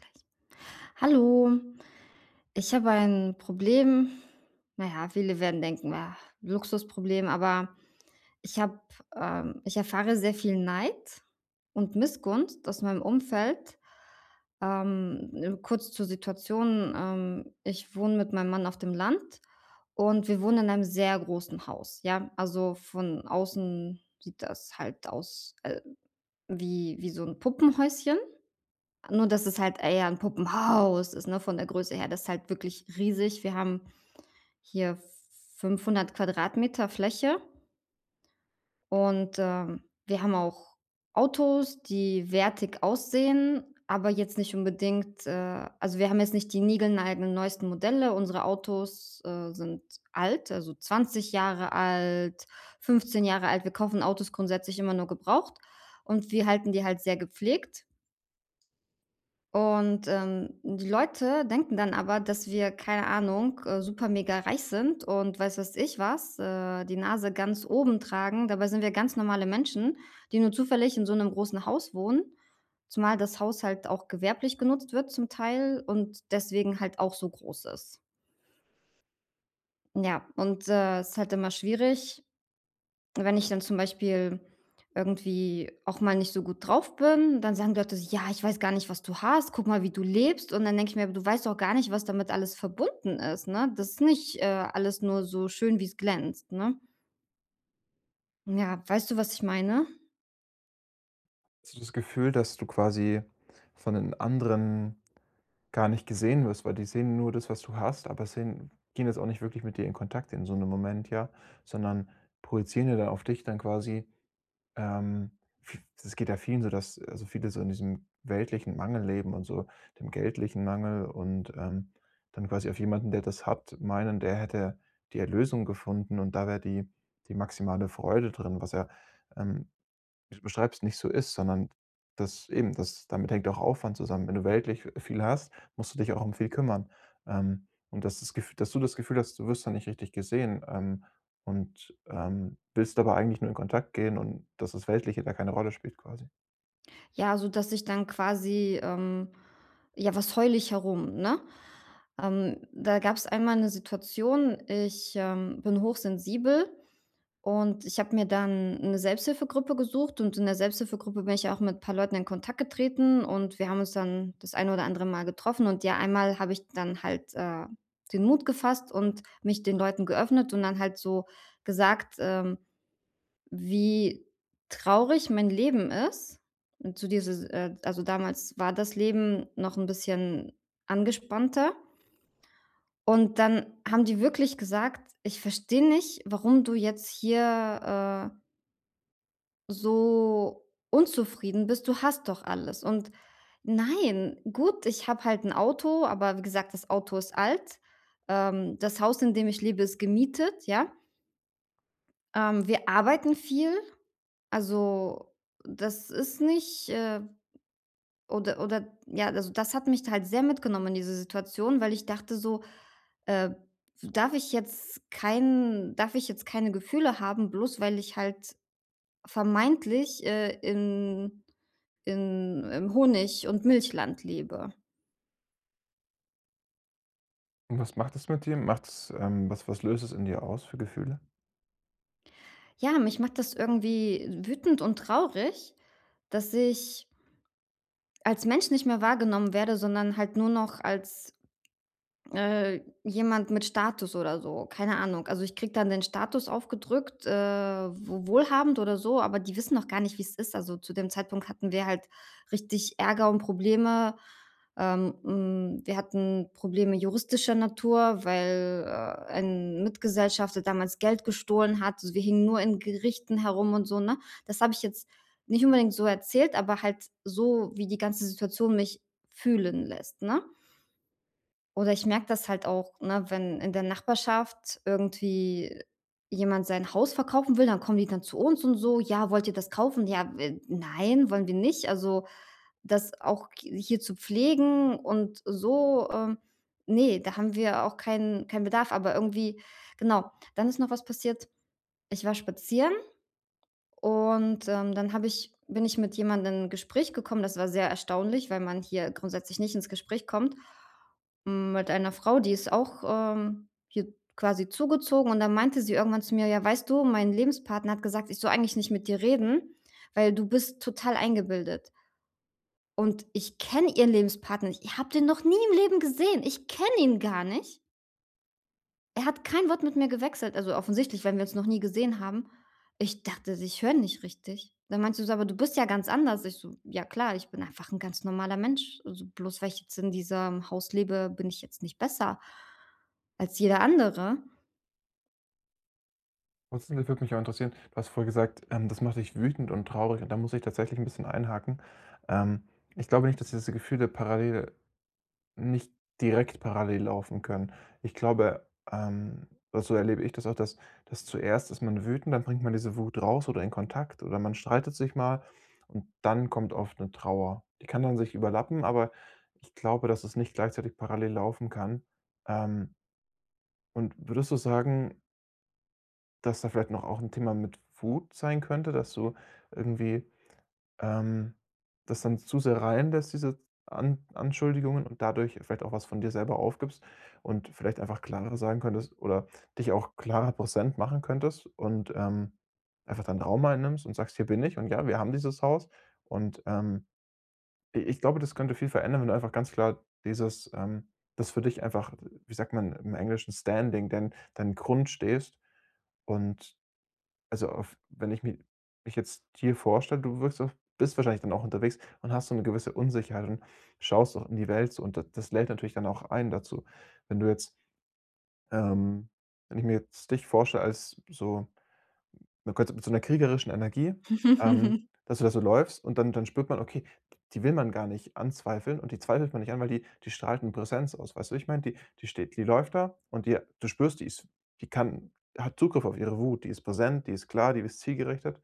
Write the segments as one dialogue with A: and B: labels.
A: Gleich. Hallo, ich habe ein Problem. Na ja, viele werden denken: „Ah, Luxusproblem“, aber ich habe ich erfahre sehr viel Neid und Missgunst aus meinem Umfeld. Kurz zur Situation, ich wohne mit meinem Mann auf dem Land und wir wohnen in einem sehr großen Haus, ja? Also, von außen sieht das halt aus, wie so ein Puppenhäuschen. Nur, dass es halt eher 'n Puppenhaus ist, ne, von der Größe her. Das ist halt wirklich riesig. Wir haben hier 500 Quadratmeter Fläche. Und, wir haben auch Autos, die wertig aussehen, aber jetzt nicht unbedingt, also, wir haben jetzt nicht die niegelnageln neuesten Modelle. Unsere Autos, sind alt, also, 20 Jahre alt, 15 Jahre alt. Wir kaufen Autos grundsätzlich immer nur gebraucht und wir halten die halt sehr gepflegt. Und, die Leute denken dann aber, dass wir, keine Ahnung, super mega reich sind und weiß was ich was, die Nase ganz oben tragen. Dabei sind wir ganz normale Menschen, die nur zufällig in so einem großen Haus wohnen, zumal das Haus halt auch gewerblich genutzt wird zum Teil und deswegen halt auch so groß ist. Ja, und, es ist halt immer schwierig, wenn ich dann zum Beispiel irgendwie auch mal nicht so gut drauf bin. Dann sagen die Leute so: „Ja, ich weiß gar nicht, was du hast. Guck mal, wie du lebst.“ Und dann denke ich mir: „Aber du weißt doch gar nicht, was damit alles verbunden ist, ne? Das ist nicht, alles nur so schön, wie's glänzt“, ne? Ja, weißt du, was ich meine?
B: Hast du das Gefühl, dass du quasi von den anderen gar nicht gesehen wirst, weil die sehen nur das, was du hast, aber sehen gehen jetzt auch nicht wirklich mit dir in Kontakt in so einem Moment, ja, sondern projizieren ja dann auf dich dann quasi, ähm, v das geht ja vielen so, dass also, viele so in diesem weltlichen Mangel leben und so dem geldlichen Mangel und, dann quasi auf jemanden, der das hat, meinen, der hätte die Erlösung gefunden und da wäre die maximale Freude drin, was ja, ähm, du beschreibst, nicht so ist, sondern das eben, das damit hängt auch Aufwand zusammen. Wenn du weltlich viel hast, musst du dich auch um viel kümmern. Und dass du das Gefühl hast, du wirst da nicht richtig gesehen, und, willst aber eigentlich nur in Kontakt gehen und dass das Weltliche da keine Rolle spielt quasi.
A: Ja, so dass ich dann quasi, ja, was heule ich herum, ne? Da gab's einmal 'ne Situation. Ich, bin hochsensibel. Und ich habe mir dann eine Selbsthilfegruppe gesucht und in der Selbsthilfegruppe bin ich ja auch mit ein paar Leuten in Kontakt getreten und wir haben uns dann das eine oder andere Mal getroffen und ja, einmal habe ich dann halt, den Mut gefasst und mich den Leuten geöffnet und dann halt so gesagt, wie traurig mein Leben ist. Und zu dieses also damals war das Leben noch ein bisschen angespannter. Und dann haben die wirklich gesagt: „Ich verstehe nicht, warum du jetzt hier, so unzufrieden bist, du hast doch alles.“ Und nein, gut, ich habe halt ein Auto, aber wie gesagt, das Auto ist alt. Das Haus, in dem ich lebe, ist gemietet, ja? Wir arbeiten viel, also, das ist nicht, oder ja, also, das hat mich halt sehr mitgenommen in diese Situation, weil ich dachte so, äh: Darf ich jetzt keine Gefühle haben, bloß weil ich halt vermeintlich, in im Honig und Milchland lebe.“
B: Und was macht das mit dir? Macht's, was was löst es in dir aus für Gefühle?
A: Ja, mich macht das irgendwie wütend und traurig, dass ich als Mensch nicht mehr wahrgenommen werde, sondern halt nur noch als jemand mit Status oder so, keine Ahnung. Also, ich kriege dann den Status aufgedrückt, wo wohlhabend oder so, aber die wissen noch gar nicht, wie es ist. Also, zu dem Zeitpunkt hatten wir halt richtig Ärger und Probleme. Wir hatten Probleme juristischer Natur, weil, ein Mitgesellschafter damals Geld gestohlen hat. Also, wir hingen nur in Gerichten herum und so, ne? Das habe ich jetzt nicht unbedingt so erzählt, aber halt so, wie die ganze Situation mich fühlen lässt, ne? Oder ich merke das halt auch, ne, wenn in der Nachbarschaft irgendwie jemand sein Haus verkaufen will, dann kommen die dann zu uns und so: „Ja, wollt ihr das kaufen?“ „Ja, nein, wollen wir nicht.“ Also, das auch hier zu pflegen und so, ne, da haben wir auch keinen Bedarf, aber irgendwie genau. Dann ist noch was passiert. Ich war spazieren und, dann habe ich bin ich mit jemandem in 'n Gespräch gekommen, das war sehr erstaunlich, weil man hier grundsätzlich nicht ins Gespräch kommt, hm, mit einer Frau, die ist auch, hier quasi zugezogen und dann meinte sie irgendwann zu mir: „Ja, weißt du, mein Lebenspartner hat gesagt, ich soll eigentlich nicht mit dir reden, weil du bist total eingebildet.“ Und ich kenne ihren Lebenspartner nicht. Ich habe den noch nie im Leben gesehen. Ich kenne ihn gar nicht. Er hat kein Wort mit mir gewechselt, also offensichtlich, wenn wir uns noch nie gesehen haben. Ich dachte, ich höre nicht richtig. Dann meinst du so: „Aber du bist ja ganz anders.“ Ich so: „Ja klar, ich bin einfach ein ganz normaler Mensch. Also, bloß weil ich jetzt in diesem Haus lebe, bin ich jetzt nicht besser als jeder andere.“
B: Grundsätzlich würde mich auch interessieren, du hast vorher gesagt, das macht dich wütend und traurig und da muss ich tatsächlich ein bisschen einhaken. Ähm, Ich glaube nicht, dass diese Gefühle parallel Nicht direkt parallel laufen können. Ich glaube, also, so erlebe ich das auch, dass zuerst ist man wütend, dann bringt man diese Wut raus oder in Kontakt oder man streitet sich mal und dann kommt oft eine Trauer. Die kann dann sich überlappen, aber ich glaube, dass es nicht gleichzeitig parallel laufen kann. Ähm, und würdest du sagen, dass da vielleicht noch auch ein Thema mit Wut sein könnte, dass du irgendwie ähm, das dann zu sehr reinlässt, diese An Anschuldigungen und dadurch vielleicht auch was von dir selber aufgibst und vielleicht einfach klarer sagen könntest oder dich auch klarer präsent machen könntest und, einfach deinen Raum einnimmst und sagst: „Hier bin ich und ja, wir haben dieses Haus.“ Und, i ich glaube, das könnte viel verändern, wenn du einfach ganz klar dieses, das für dich einfach, wie sagt man im Englischen, Standing, deinen Grund stehst und also auf wenn ich mi mich jetzt hier vorstelle, du wirkst auf bist wahrscheinlich dann auch unterwegs und hast so eine gewisse Unsicherheit und schaust auch in die Welt so und d das lädt natürlich dann auch ein dazu. Wenn du jetzt, ähm wenn ich mir jetzt dich vorstelle als so man könnte mit so einer kriegerischen Energie, ähm, dass du da so läufst und dann spürt man, okay, die will man gar nicht anzweifeln und die zweifelt man nicht an, weil die strahlt eine Präsenz aus, weißt du, ich meine? Die steht die läuft da und die du spürst, die ist die kann hat Zugriff auf ihre Wut, die ist präsent, die ist klar, die ist zielgerichtet,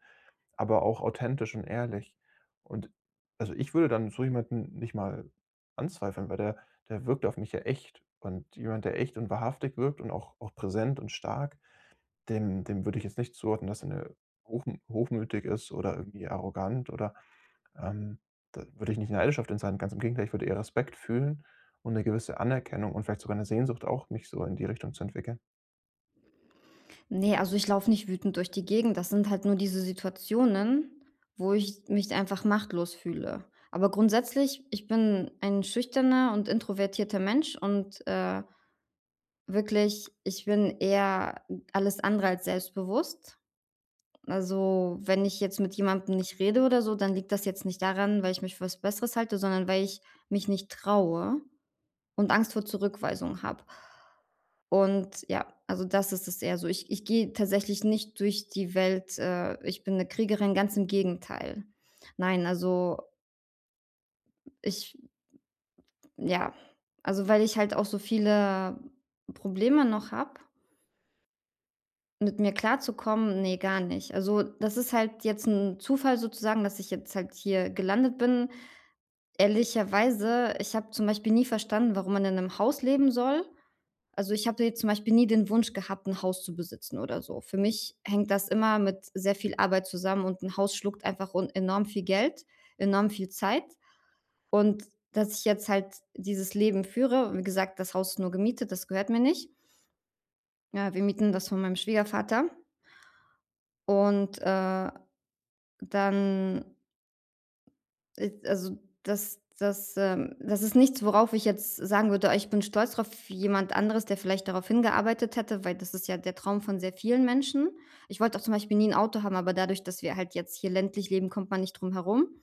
B: aber auch authentisch und ehrlich. Und also, ich würde dann so jemanden nicht mal anzweifeln, weil der wirkt auf mich ja echt. Und jemand, der echt und wahrhaftig wirkt und auch auch präsent und stark, dem würde ich jetzt nicht zuordnen, dass er 'ne hochmütig ist oder irgendwie arrogant oder, ähm da würde ich nicht neidisch auf den sein. Ganz im Gegenteil, ich würde eher Respekt fühlen und eine gewisse Anerkennung und vielleicht sogar eine Sehnsucht auch, mich so in die Richtung zu entwickeln.
A: Ne, also ich laufe nicht wütend durch die Gegend. Das sind halt nur diese Situationen, wo ich mich einfach machtlos fühle. Aber grundsätzlich, ich bin ein schüchterner und introvertierter Mensch und, wirklich, ich bin eher alles andere als selbstbewusst. Also, wenn ich jetzt mit jemandem nicht rede oder so, dann liegt das jetzt nicht daran, weil ich mich für was Besseres halte, sondern weil ich mich nicht traue und Angst vor Zurückweisung habe. Und ja, also das ist es eher so. Ich gehe tatsächlich nicht durch die Welt, ich bin eine Kriegerin, ganz im Gegenteil. Nein, also ich ja, also weil ich halt auch so viele Probleme noch habe, mit mir klarzukommen? Nee, gar nicht. Also, das ist halt jetzt 'n Zufall sozusagen, dass ich jetzt halt hier gelandet bin. Ehrlicherweise, ich habe zum Beispiel nie verstanden, warum man in 'nem Haus leben soll. Also, ich habe jetzt zum Beispiel nie den Wunsch gehabt, 'n Haus zu besitzen oder so. Für mich hängt das immer mit sehr viel Arbeit zusammen und 'n Haus schluckt einfach un enorm viel Geld, enorm viel Zeit. Und dass ich jetzt halt dieses Leben führe, wie gesagt, das Haus ist nur gemietet, das gehört mir nicht. Ja, wir mieten das von meinem Schwiegervater und, dann ist also, das ist nichts, worauf ich jetzt sagen würde: „Ah, ich bin stolz drauf“, jemand anderes, der vielleicht darauf hingearbeitet hätte, weil das ist ja der Traum von sehr vielen Menschen. Ich wollte auch zum Beispiel nie ein Auto haben, aber dadurch, dass wir halt jetzt hier ländlich leben, kommt man nicht drum herum.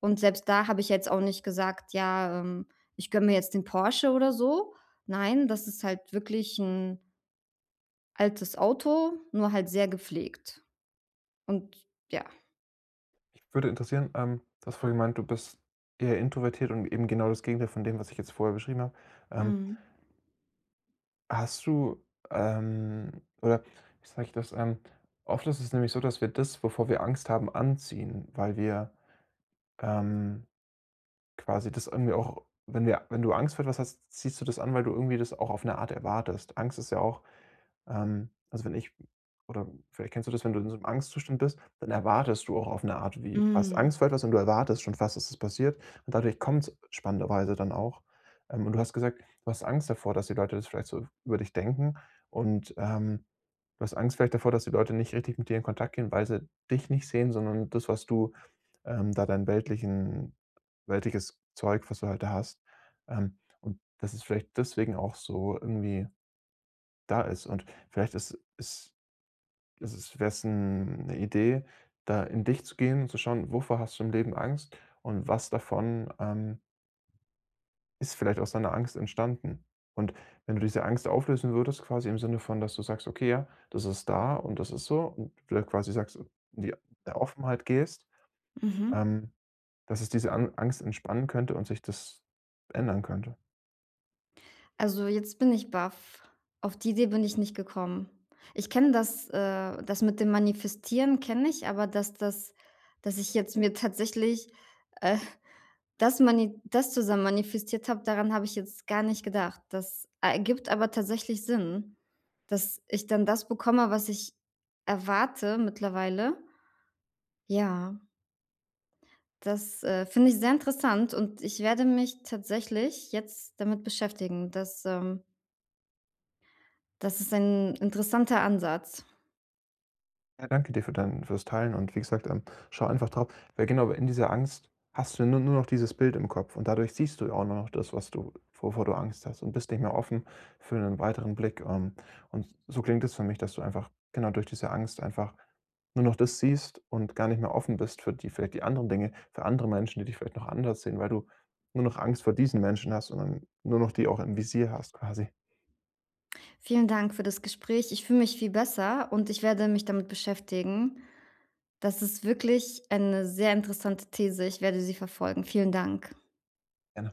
A: Und selbst da habe ich jetzt auch nicht gesagt: „Ja, ich gönne mir jetzt den Porsche“ oder so. Nein, das ist halt wirklich ein altes Auto, nur halt sehr gepflegt. Und ja.
B: Mich würde interessieren, du hast vorhin gemeint, du bist eher introvertiert und eben genau das Gegenteil von dem, was ich jetzt vorher beschrieben habe. Ähm,
A: Mhm.
B: Hast du, oder wie sage ich das, oft ist es nämlich so, dass wir das, wovor wir Angst haben, anziehen, weil wir ähm, quasi das irgendwie auch, wenn du Angst vor etwas hast, ziehst du das an, weil du irgendwie das auch auf eine Art erwartest. Angst ist ja auch also, wenn ich oder vielleicht kennst du das, wenn du in so einem Angstzustand bist, dann erwartest du auch auf eine Art wie. Du hast
A: Mhm.
B: Angst vor etwas und du erwartest schon fast, dass es passiert und dadurch kommt's spannenderweise dann auch. Und du hast gesagt, du hast Angst davor, dass die Leute das vielleicht so über dich denken und, du hast Angst vielleicht davor, dass die Leute nicht richtig mit dir in Kontakt gehen, weil sie dich nicht sehen, sondern das, was du, da dein weltlichen weltliches Zeug, was du halt da hast. Und das ist vielleicht deswegen auch so irgendwie da ist. Und vielleicht ist ist ist es wäre es eine Idee, da in dich zu gehen und zu schauen, wovor hast du im Leben Angst und was davon, ist vielleicht aus deiner Angst entstanden? Und wenn du diese Angst auflösen würdest, quasi im Sinne von, dass du sagst: „Okay, ja, das ist da und das ist so“, und du da quasi sagst in die der Offenheit gehst,
A: Mhm.
B: ähm, dass es diese An Angst entspannen könnte und sich das ändern könnte.
A: Also, jetzt bin ich baff. Auf die Idee bin ich nicht gekommen. Ich kenne das, das mit dem Manifestieren kenne ich, aber dass ich jetzt mir tatsächlich, äh, das zusammen manifestiert habe, daran habe ich jetzt gar nicht gedacht. Das ergibt aber tatsächlich Sinn, dass ich dann das bekomme, was ich erwarte mittlerweile. Ja, das, finde ich sehr interessant und ich werde mich tatsächlich jetzt damit beschäftigen. Das ist ein interessanter Ansatz.
B: Ja, danke dir für dein fürs Teilen und wie gesagt, schau einfach drauf, weil genau, in dieser Angst hast du nur noch dieses Bild im Kopf und dadurch siehst du ja auch nur noch das, was du wovor du Angst hast und bist nicht mehr offen für einen weiteren Blick, und so klingt es für mich, dass du einfach genau durch diese Angst einfach nur noch das siehst und gar nicht mehr offen bist für die vielleicht die anderen Dinge, für andere Menschen, die dich vielleicht noch anders sehen, weil du nur noch Angst vor diesen Menschen hast und dann nur noch die auch im Visier hast quasi.
A: Vielen Dank für das Gespräch. Ich fühle mich viel besser und ich werde mich damit beschäftigen. Das ist wirklich eine sehr interessante These. Ich werde sie verfolgen. Vielen Dank.
B: Gerne.